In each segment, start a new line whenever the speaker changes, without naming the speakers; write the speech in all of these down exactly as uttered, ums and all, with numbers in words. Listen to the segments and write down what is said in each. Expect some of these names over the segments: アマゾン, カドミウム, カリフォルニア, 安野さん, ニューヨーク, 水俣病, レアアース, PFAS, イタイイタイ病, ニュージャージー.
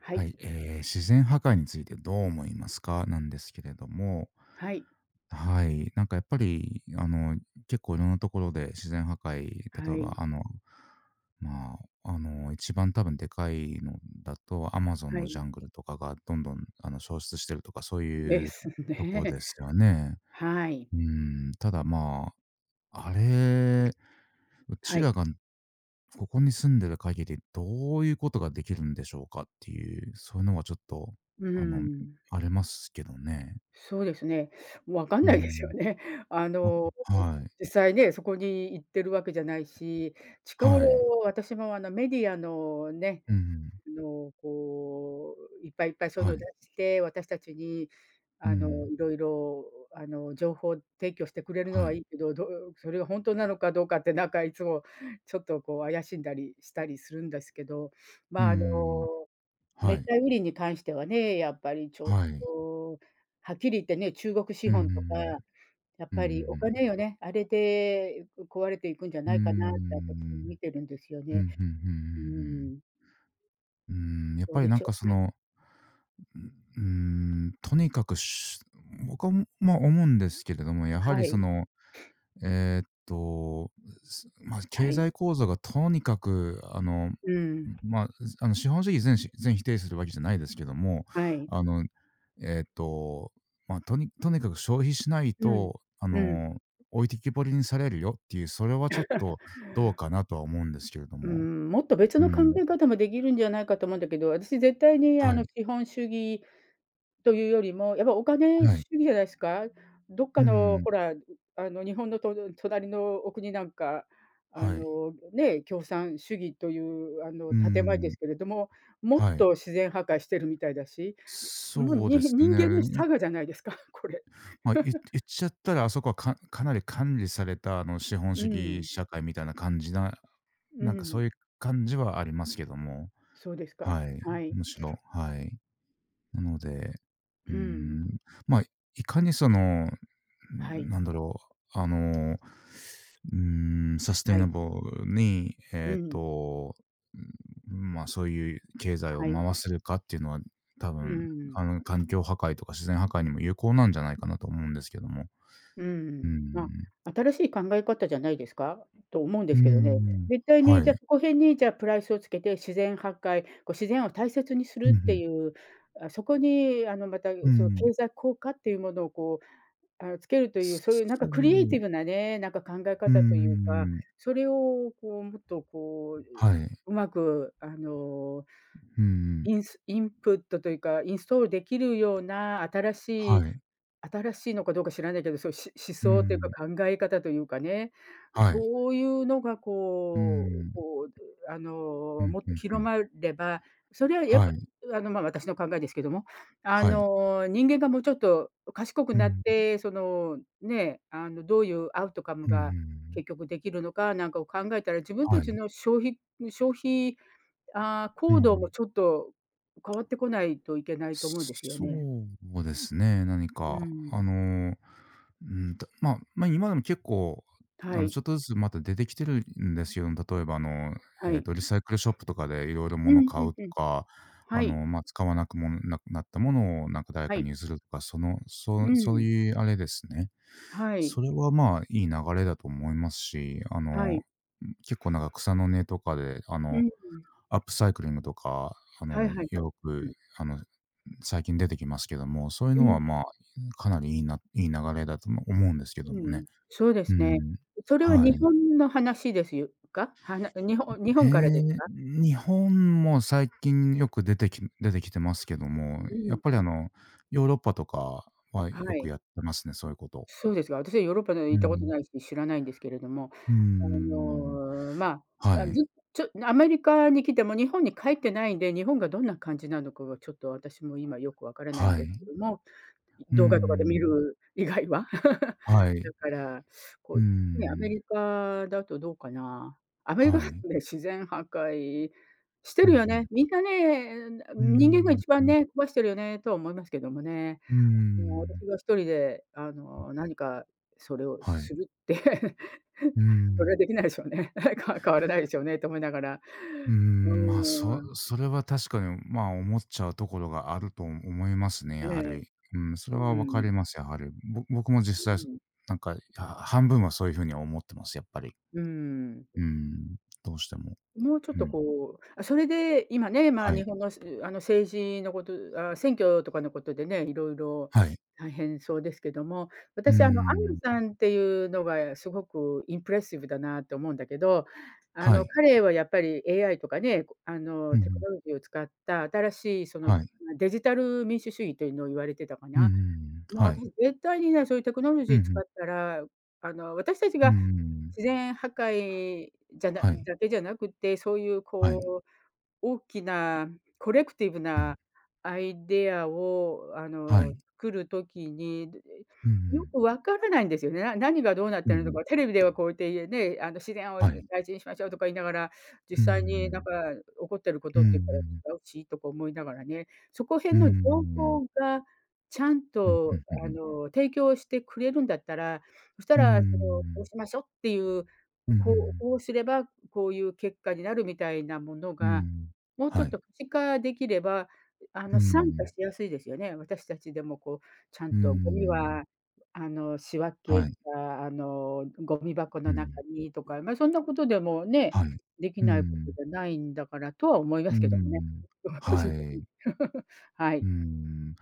は
は
い、
い、ええ、自然破壊についてどう思いますか？なんですけれども、
はい、
はい、なんかやっぱり、あの、結構いろんなところで自然破壊、例
は
え
い、
ば、あの、まあ、あの、一番多分でかいのだと、アマゾン
は
の
い。
ジャングルとかがどんどん、あの、消失してるとか、そうい
で
う
す
とこ
ね。
ですよね。
はい、
うん、ただ、まあ、あれ、う
は
ちら
い。
がここに住んでる限り、どういうことができるんでしょうかっていう、そういうのはちょっと、
うー
あの、
ん。
ありますけどね。
そうですね。分かん
う
ないですよ
ん。
ね。あ
ま
の、
はい。
実際ね、そこに行ってるわけじゃないし、近
は
頃
い。
私もあのメディアのね、
うん。
あの、こう、いっぱいいっぱいそういうの
は
を出
い。
して、私たちに、
う
あの、
ん。
いろいろ、あの、情報提供してくれるの
は
は
い。
いいけど、どそれが本当なのかどうかって、なんかいつもちょっとこう怪しんだりしたりするんですけど、
う
まあ、あの、
ん。は
熱
い。
帯雨林に関してはね、やっぱりちょっ
はい。
と、はっきり言ってね、中国資
う
本とか、
ん。
やっ
う
ぱりお
ん。
金よね、あれで、壊れていくんじゃ
う
ないかなって私
ん。
見てるんですよ
うん。う
ね。
ん。うん。うん。う
う
ん。
ん、
うん、やっ
どう
ぱ
で
りなん
しょ
かそ
う。
の、うん、とにかくし僕は、ま、思うんですけれども、やは
は
りそ
い、
のえーっと、す、まあ、
は
経
い。
済構造がとにかく、あの、
うん、
まあ、あの、資本主義全し全否定するわけじゃないですけども、
はい。
あの、えーっと、まあ、とにとにかく消費しない
うん。
と、あ
うん。
の、置いてきぼりにされるよっていう、それはちょっとどうかなとは思うんですけれど
う
も。
ん、もっと別
う
の考
ん、
え方もできるんじゃないかと思うんだけど、私絶対にあ
は
の
い、
資本主義というよりも、やっぱお金
は
主
い。
義じゃないですか。どっ
う
かの
ん、
ほら、あの日本のと隣のお国なんか、あ
はい。
のね、共産主義というあの
う
建前で
ん、
すけれども、もっ
はい。
と自然破壊してるみたいだし、もう
そう
に
です
人間の
ね。
差がじゃないですか、これ。
まあ、い言っちゃったら、あそこはかかなり管理された、あの、資本
う
主義
ん、
社会みたいな感じな、
う
なんかそう
ん、
いう感じはありますけども、
そうですか。
はい、
はい。
むしろ、はい。なので、うー
うん、
ん、ま、あ、いかにその、ん、
はい。
なんだろう、あの、うーん、サステイ
は
ナ
い。
ブルに、
う
えっ
ん。
と、まん、まあ、そういう経済を
はい。
回せるかっていうのは、多
う
分、
ん。
あの、環境破壊とか自然破壊にも有効なんじゃないかなと思うんですけども。
う
うー
ん。ま
ん。
あ、新しい考え方じゃないですか？と思うんで
うー
すけどね。
ん。
絶対
は
に、じゃあ、
い。
そこへんに、じゃあ、プライスをつけて、自然破壊、こう自然を大切にす
うん
る
う
って
ん。
いう、あ、そこに、あの、また、
う
そう、
ん。
経済効果っていうものを、こう、あの、つけるという、
そ
そういうなんか
う。う
クリエイ
ん
ティブなね、なんか考え
うん
方と
う
いうか、
ん。
それを、こう、もっと、こう、
はい。
うまく、あの
うんうん。
インスインプットというか、インストールできるような新し
は
い
い。
新しいのかどうか知らないけど、そう、し思
う
想というか
ん。
考え方というかね、
はい。
そういうのが
う
こう
ん。
こう、あ
う
の、
ん、
もっ
ふ
と
んふ
広
ん。
まれば、それはやっ
は
ぱ、
い。
あの、ま、私の考えですけども、あ
はい。
の、人間がもうちょっと賢く
う
なっ
ん。
て、その、ね、あの、どういうアウトカム
うんう
が
ん、
結局できるのかなんかを考えたら、自分た
は
ち
い。
の消費消費ああ、
うん
行
う
動も
ん。
ちょっと変わってこないといけないと思うんですよ
そ
ね。
うですね、何
う
か、あ
ん。
のうんと、まあ、まあ、今でも結構、
は
あの、
い、
ちょっとずつまた出てきてるんですよ。例えば、あの、
は
えっ
い。
と、リサイクルショップとかでいろいろ
う
物
ん、
買
うん、
うと
うん。
か、
は
あ
い、
の、まあ、使わなくもなくなったものを、なんか、誰
は
か
い。
に譲るとか、その、そ
う
うそう
ん。
いうあれですね。
はい、
それは、まあ、いい流れだと思いますし、あ
は
の、
い。
結構、なんか、草の根とかで、あ
う
の、
ん。
アップサイクリングとか、あ
はい
の、
はいはい。
よ
う
く、
ん。
あの最近出てきますけども、そういうのは、
う
まあ、かなりいいな、いい流れだとも思うんですけど
ん、
も
う
ね。
ん。そうで
う
すね。
ん。
それは
は
日
い。
本の話ですよか？はな日本日
え
本からです
え、
か？
日本も最近よく出てき出てきてますけども、
う
や
ん。
っぱりあの、ヨーロッパとかは
は
よく
い。
やってますね、そういうこと。
そうですか。私はヨーロッパで行
う
ったこと
ん。
ないし、知らないんですけれども。
う
あ
ん。
の、まあ、
は
あ、
い。
ずちょアメリカに来ても日本に帰ってないんで、日本がどんな感じなのかがちょっと私も今よくわからないん
は
です
い。
けども、
う
動画とかで見
ん。
る以外は。
は
だ
い。
から、こ
う
う、ね、アメ
ん。
リカだとどうかな。アメリカ
は
だ
い。
とね、自然破壊して
うん
る
う
よね。
ん。
みんなね、
う
人間が
ん。
一番ね、壊してるよねとは思いますけどもね。
う
もう私
ん。
が一人で、あの、何かそれを
はい。
するって
う
それは
ん。
できないでしょうね。か変わらないでしょうねと思いながら。
うーん、まあ、
う
そ
ーん、
それは確かに、まあ、思っちゃうところがあると思いますね、
え
やは
え、
り。うん、それは
う
わか
ん、
ります、やはり。ぼ僕も
う
実際、
ん、
なんか、は半分はそういうふうに思ってます、やっぱり。
うん。
うん、どうしても。
もうちょっ
う
と
ん。
こう、あ、それで今ね、まあ、
は
日
い。
本の、すあの、政治のこと、あ、選挙とかのことでね、いろいろ
はい。
大変そうですけども、
うー
私、あの、安
ん、
野さんっていうのがすごくインプレッシブだなと思うんだけど、あ
は
の、
い。
彼はやっぱり エーアイ とかね、こあ
う
の、
んう
テク
ん。
ノロジーを使った新しいその、ま
はい。
デジタル民主主義というのを言われてたか
うんう
な。
ん、
もう
は
私
い。
絶対にね、そういうテクノロ
う
ジ
んう
ー使
ん。
ったら、あの、私たち
うんう
が
んうん。
自然破壊じゃな
はい。
だけじゃなくて、そういう
はい。
こう、大きなコレクティブ
うん。
なアイデアをあ
は
の、
い。
作る時に、
う
よく
ん、
わからないんですよね。な何がどうなってるのか、テレビではこうやってね、あの自然を
はい。
大事にしましょうとか言いながら、実
うんうんう
際
ん。は
になん
い、
か起こってるこ
う
と
ん
っ
うん
て言
う
っ
ん。
たら違うしとか思いながらね、そこ
う
辺
んう
の
んう
情
ん。
報がちゃん
うんう
と
んうんうん
あ
うん
の、提供してくれるんだったら、そした
う
らその、こう
ん。
しましょうっていう
うんう
こう
ん、
こうすればこういう結果になるみたいなものが、
ー
もうちょ
は
っ
い。
と可視化できれば、あ
うー
の、参加
ん。
しやすいですよね。私たちでもこう、ちゃ
う
ん
ー
とゴミ
ん。
は、あの、仕分
は
け
い。
た、あの、ゴミ箱
う
の中
ん。
にとか、まあ、そんなことでもね、
はい。
でき
うー
ないこと
ん。
じゃないんだからとは思いま
うー
すけどもね。
ん。
個
は
人的に。
い。
は
う
い、
ーん。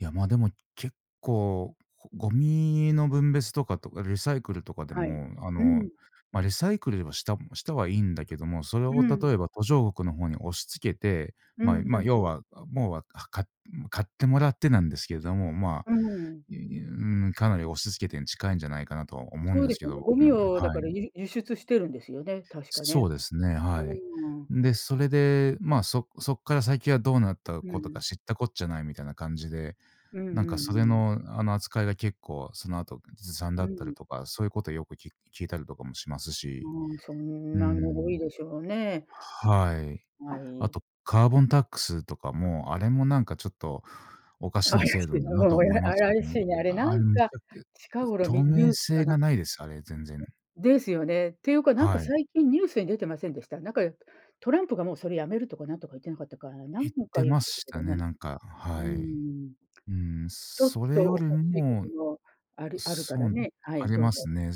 いや、ま、でも結構、ゴミの分別とかとか、リサイクルとかで
はい。
も、あ
う
の、
ん、
ま、あ、リサイクルはしたしたはいいんだけども、それ
う
を例
ん、
えば途上国の方に押し付けて、
う
ま
ん
あ、
う
ま、あ、要
ん
は、もうは、か、買ってもらってなんですけれども、まあ、
うん、うん。
いい、うん、かなり押し付けてに近いんじゃないかなとは思う
そ
ん
う
で
で
す
す
け
よね。
ど、
ゴ
僕
ミ
なんで
をだ
は
か
い。
ら、輸輸出してるんですよね、確か
そ
ね。
うですね、はい。
うん。
で、それで、まあ、そそっから先はどうなった
う
ことか
ん。
知ったこっちゃないみたいな感じで、
うんう
なんかそれ
んうん。
の、あの、扱いが結構その後ずさんだ
う
った
ん。
りとか、そういうことよく聞聞いたりとかもしますし。
うんそん
うー
なの多
ん、
いでしょうね。
はい。
は
あ
い。
とカーボンタックスとかも、あれもなんかちょっとおかし
怪
な制度
し
だ
いな、
な
も
と
う
思
や
いますけ
怪
ども、
しいね。あれな
あれ
ん
むち
か、
ゃく、
近頃
透
みニュ
明
ースか
性
な、
がないです、あれ全然。
ですよね。っていうか、なんか
はい。
最近ニュースに出てませんでした？なんか、トランプがもうそれやめるとかなんとか言ってなかったか、何
言っ
か
て
言っ
ま
てた
し
け
た
ど
ね、
ね。
なんか、
う
はい。
ん。
うん、
ちょっ
それ
と
よ
お
り
かしいこ
も、
ともありあるか
そ
ら
う、
ね。は
あ
い、
り
どう
ま
ぞ。
すね。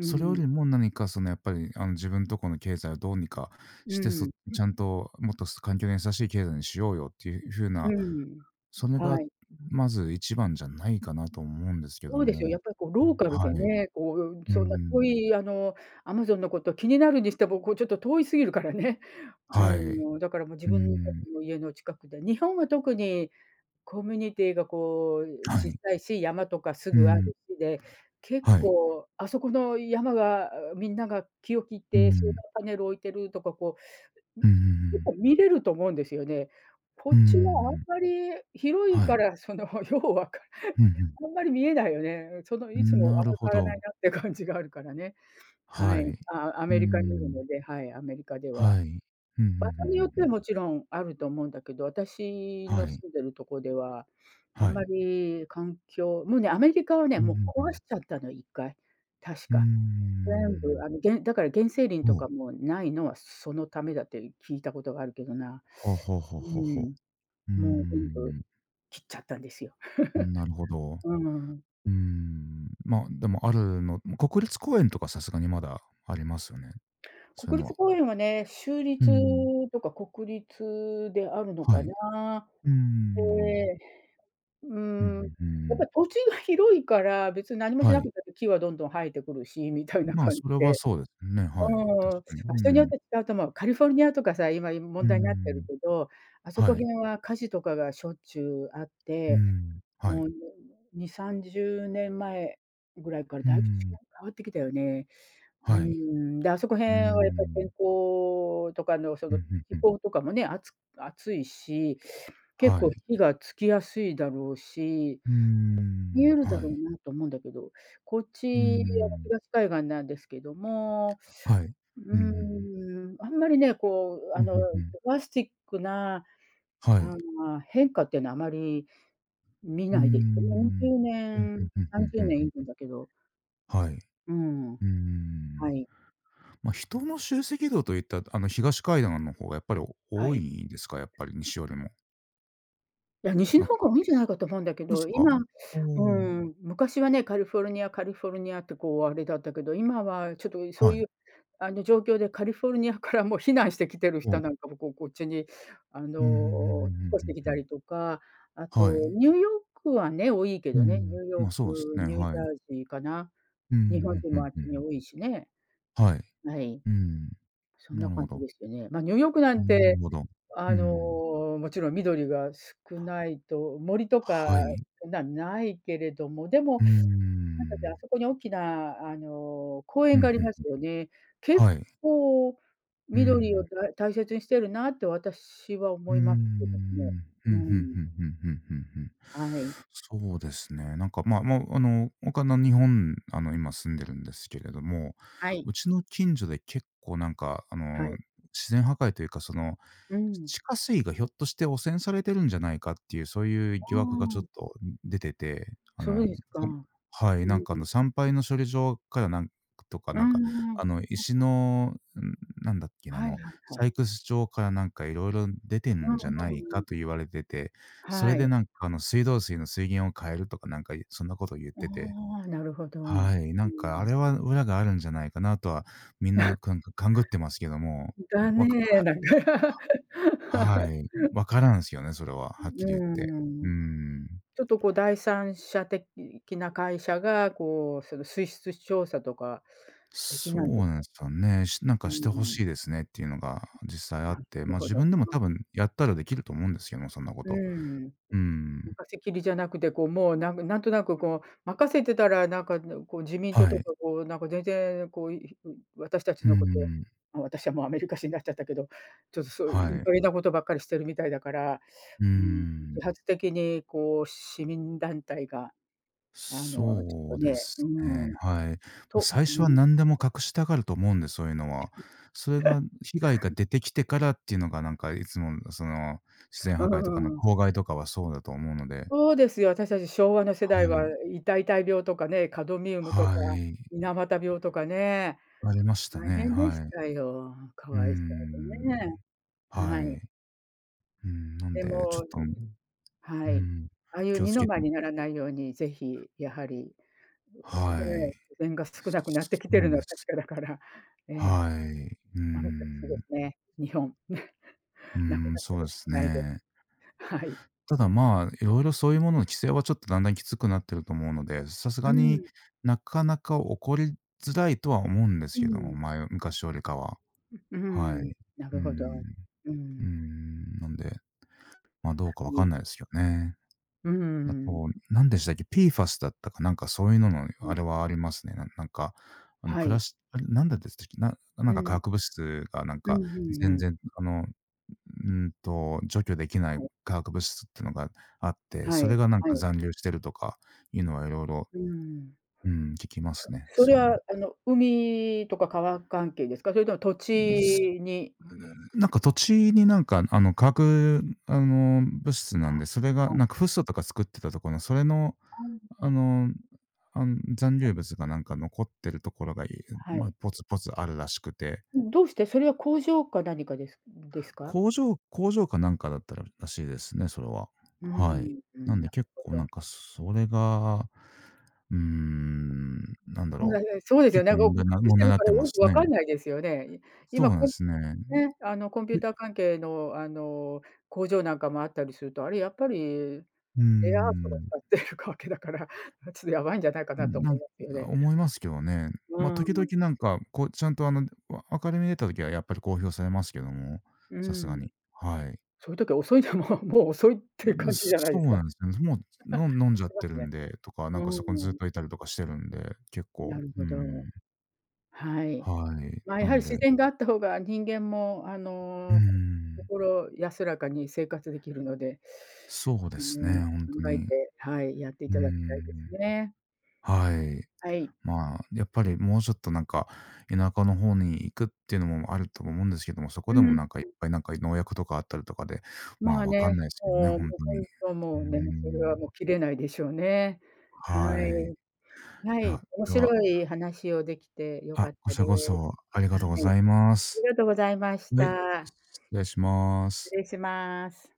それよりも何かそのやっぱり、あの、自分とこの経済をどうにか
う
して、そ、
ん。
ちゃんともっと環境に優しい経済にしようよっていう風
う
な、
ん。うん。
それが
はい。
まず一番じゃないかなと思うんですけど
そうですよ、や
も。
っぱりこうローカル
は
で
い。
ね、こう、
う
そんな遠
ん。
いあの、アマゾンのこと気になるにしても、こうちょっと遠いすぎるからね。う
はい。
ん、だからもう自
う
分た
ん。
ちの家の近くで、日本は特にコミュニティがこう
は
小
い。
さいし、山とかす
う
ぐある
ん。
しで、結
はい。
構あそこの山がみんなが気を切っ
う
てソーラ
ん。
ーパネル置いてるとかこう、
うんう
結
ん
構見れると思うんですよね。こ
う
っちはあん
ん、
まり広い
はい。
から、その ようわか
うん、
あんまり見えないよね。そのいつもあ
な
ん
る
まり
ほ
変わら
ど。
ないなって感じがあるからね。は
は
い。
い。う
あ、ア
ー
メリカにいる
ん。
ので、はい、アメリカでは。
はい。うんうんうんうん
場所によっ
う
ては
ん。
もちろんあると思うんだけど、私
は
の
い。
住んでるとこでは、あん
は
ま
い。
り環境もうね、アメリカはね、
うんう
も
んう
う壊
ん。
しちゃったの一回、確
う
か。
ー
全部
ん。
あの、げんだから原生林と
お
かもないのはそのためだって聞いたことがあるけどな。
ほうほうほうほ
う
うほう。ははははは
ん、
うー
もう全部
ん。
切っちゃったんですよ。
なるほど。う
うん。
ーん。まあ、でもあるの国立公園とかさすがにまだありますよね。そう
国
いうのは。
立公園はね、州
う
立
ん。
とか国立であるの
はい。
か
う
な。
ーん。
で、う
う
ん、
んうんう
やっぱ
ん。
土地が広いから、別に何もし
は
な
い。
くたって木はどんどん生えてくるし、みたいな
まあ、
感じ
それは
で。
そうですね、はい。
うん、
確
場
かに。う
所によっ
ん。
て違うと思う。カリフォルニアとかさ、今
う
問
ー
題になってる
ん。
けど、あそ
は
こ
い。
辺は火事とかがしょっちゅうあっ
う
て
ん。は
も
い。
うに、さんじゅうねんまえぐらいから
う
だいぶ違う
ん。
変わってきたよね。うー
はい。
ん、で、あそこ辺
うー
はやっぱり天
ん。
候とかのそ
うん、
の気
うんうん。
候とかもね、あつ暑いし、結
は
構
い。
火がつきやすいだろうし、
うー
見
ん、
えるだ
は
ろう
い。
なと思うんだけど、こっ
うー
ち、あの、
ん、
東海岸なんですけども、
はい。
う
うんうん。
ーん、あんまりね、こう、
う
あ
ん、ふ
の、ド
んふんうん。
ラスティックな、
は
あ
い。
の、変化っていうのはあまり見
うー
ないですよ。
ん。
0
うん、ふ
年、
んふんふん
30
うん
年いる
う
ん
ん。
だけど、
はい。う
うん、
ー
は
ん。
い、
ま、人の集積度といった、あの、東海岸の方がやっぱり
は
多
い。
いんですか？やっぱり西よりも。
いや、西の
なん
方が
か、
多いんじゃないかと思うんだけ
そうす
ど、
か？
今
お
う
お、
ん、昔はね、カリフォルニアカリフォルニアってこうあれだったけど、今はちょっとそう
は
い
い。
うあの状況でカリフォルニアからもう避難してきてる
お、う
人
ん
なんかもこうこっちにあ
うんうんうんうん
の、引っ越し
う
て
ん
き
う
たり
ん。
とか、あと
はい。
ニューヨークはね、多いけ
う
どね、ニ
ん。
ューヨ
ま、
ー
そうです
ク、
ね、
ニュージ
はい。
ャージーかな。
うん、
日本
ふん
人
ふ
も
ん
あっ
ふ
ち
んう
に
ん。
多いしね、
はい。
はい。
うん。
そんな
なる
感
ほ
じ
ど。
ですよね。まあ、ニューヨークな
う
ん
ん、なる
て、
ほど。う
あの、
ん。
もちろん緑が少ないと、森とか、
はい。
そんなないけれども、でも、
うー
なんだっけ、あ
ん。
そこに大きな、あの、公
う
園
ん、うん。
がありますよね。結
はい。
構
うー
緑を
ん。
だ大切にしてるなって私は
う
思
ー
いますけどもね。
ん。ふ
う
んふん
ん。
ふんふんふんふんふん。
はい。
そうですね。なんか、まあまあ、あの、他の、日本、あの、今住んでるんですけれども、
はい。
うちの近所で結構なんか、あ
は
の、
い。
自然破壊というか、その、
うん。
地下水がひょっとして汚染されてるんじゃないかっていう、そういう
あ
疑惑がちょっ
あ、
と出てて、あ
そう
の、
ですか。
こ、はい、
う
なんか、あの、
ん。
産廃の処理場からなんとか、
う
なんか、
んうん。
あの、石の、ん、なんだっけな、あ
はい
の
はいは
サ
い。
イクス町からなんかいろいろ出てる
うんう
ん
ん
じゃない
う
か
ん。
と言われてて、そ
は
れで
い。
なんかあの水道水の水源を変えるとかなんかそんなことを言ってて、
ああ、なるほど。う
はい、なんかあ
ん。
れは裏があるんじゃないかなとはみんななんか勘ぐってますけども、
だ
わ
ね、
か、
なんか、
はい、わからんすよね、それは、
う
はっきり言って。
ん。う
うー
ん。
ん。
ちょっとこう第三者的な会社が、こう、その水質調査とかでき
そ
な
う
いんです
な
か？
んすよね。し、なん
う
かして欲
ん。
しいですねっていうのが実際あ
な
って、
る
ま、
ほ
自
ど。
分でも多分やったらできると思うんですけども、そんなこ
う
と。
ん。
うー
任
ん。
せきりじゃなくて、こう、もう、なんなんとなく、こう、任せてたら、なんか、こう、自民党
は
と
い。
か、こう、なんか、全然、こう、い私た
う
ち
ー
のこと、
ん。
ま、私はもうアメリカ人になっちゃったけど、ちょっとそう
は
いい
い。
加減なことばっかりしてるみたいだから、
うー
うーん、
ん、
自発的に、こう、市民団体が、あの、ちょっ
そ
と
うで
ね、う
す
ー
ね、
ん、
はい。ま、
と、
最初は何でも隠したがると思うんで、そういうのは。それが被害が出てきてからっていうのがなんかいつもその自然
う
破壊とか
ん。
の
うーん、
公害とかはそうだと思うので、
そうですよ、私たち昭和の世
は
代は、
い。
イたいたい病とかね、カドミウムとか、
はい。
水俣病とかね。
ありました
大
ね、
変でし
はい。
たよ。か
うー
わいそう
ん、
でね。
は
はい。
い。うん、なん
で
で、ちょ
も、
っと、う
はい。
ん、
ああいう
気を
二
つ
の
けて、
舞にならないように、ぜひやはり、う、
は
ね、
い。
自然が少なくなって
そ
き
う
て
な
る
ん
の
で
は確
す。
かだから、ええ、
はい。うー
守ってほしいで
ん、
すね、日本。
う
なく
ーん、
なって
そう
ほ
で
し
す
くないで
ね。
す。はい。
ただ、まあ、いろいろそういうものの規制はちょっとだんだんきつくなってると思うので、さす
う
がに
ん、
なかなか起こりづらいとは思うんで
う
すけども、
ん、
前昔よりかは。
う
は
ん、
い。う
な
ー
る
ん。
ほど。う
うー
ん、
ん、なんで、ま、あど
は
うかわかん
い。
ないですけどね。
う
あ
ん、
と、何でしたっけ、ピーファス だったかなんかそういうのの
は
あ
い。
れはありますね。ななんか、あの、
は
プ
い。
ラスあれ、なんだでしたっけ、なな
う
んか化
ん、
学物質がなん
う
か
んうんう
全
ん。
然、あのうんと、除去できない
はい、
化学物質ってのがあって、
は
そ
い、
れがなん
は
か
い。
残留してるとかいうのは色々、
うん。
うん、聞きますね、
それ
そういうの
は、
は。
あの、海とか川関係ですか？それとも土
す
地に、
なんか土地になんかあの、化学、あの、物質なんで、それが
はい、
なんかフッ素とか作ってたところの、それの、あの、あん残留物がなんか残ってるところが、い
は
ま、
い。
ポツポツあるらしくて、
どうして？それは工場か何かですですか？
工場工場かなんかだったららしいですね、それは。
うー
はい。
ん、う
なん
ん、な
で
る
結
ほ
構な
ど。
んかそれが、うーん、なんだ
もう、
ろ
だ
う、
からそうですよ
結
ね。
構
ご
問
ご
題な
隠し
問
て
題に
る
な
か
っ
ら
てま
よく
す
わ
ね。
かんないですよね。い
そう
今
なんで
こ
すね。
うね、あの、コンピュー
で
ター関係の、あの、工場なんかもあったりすると、あれやっぱり、
うー
レアアースとか
ん、
使ってるわけだから、ちょっとやばいんじゃないかなと
な
思い
ん
ますよね。
思いますけどね。
う
まあ、
ー
時々
ん、
なんか、こうちゃんとあの、わ明るみに出た時はやっぱり公表されますけども、
うー
さすが
ん。
に。はい。
そういう時は遅いでも、もう遅いっていう
うん、
感じ
そ
じゃないで
う
すか。
なんですよね。もう、の飲んじゃっ
しま
て
す
る
ね。
んでとか、な
う
んかそこにずっ
ん、
といたりとかしてるんで、結
な
構、
る
う
ほど。
ん。
はい。
はい。
まあ、や
な
はり
ん
自
で
然があった方が人間もあ
うー
の、
ん、
心安らかに生活できるので、
そうで
あ
す
の、
ね、ほんと
考え
に。
て、はい、やってい
うー
ただきたいです
ん、
ね。
はい。
はい。
まあ、やっぱりもうちょっとなんか、田舎の方に行くっていうのもあると思うんですけども、そこ
う
でも
ん、
なんかいっぱいなんか農薬とかあったりとかで、ま
ま
あ、
あ
わかん
ね、
ないすけどね、
もうも
ほん
う
と
ほ
に。う
んと
ー
もうね、それ
ん、
はもう切れないでしょうね。は
はい。
い。は
いや、
い、面
では
白い話をできて良か
あ、
っ
こ
た
ちら
です。
こそあり
は
が
い、
とうございま
あり
す。
がとうございまし
はい、
た。
失礼しま
失
す。
礼します。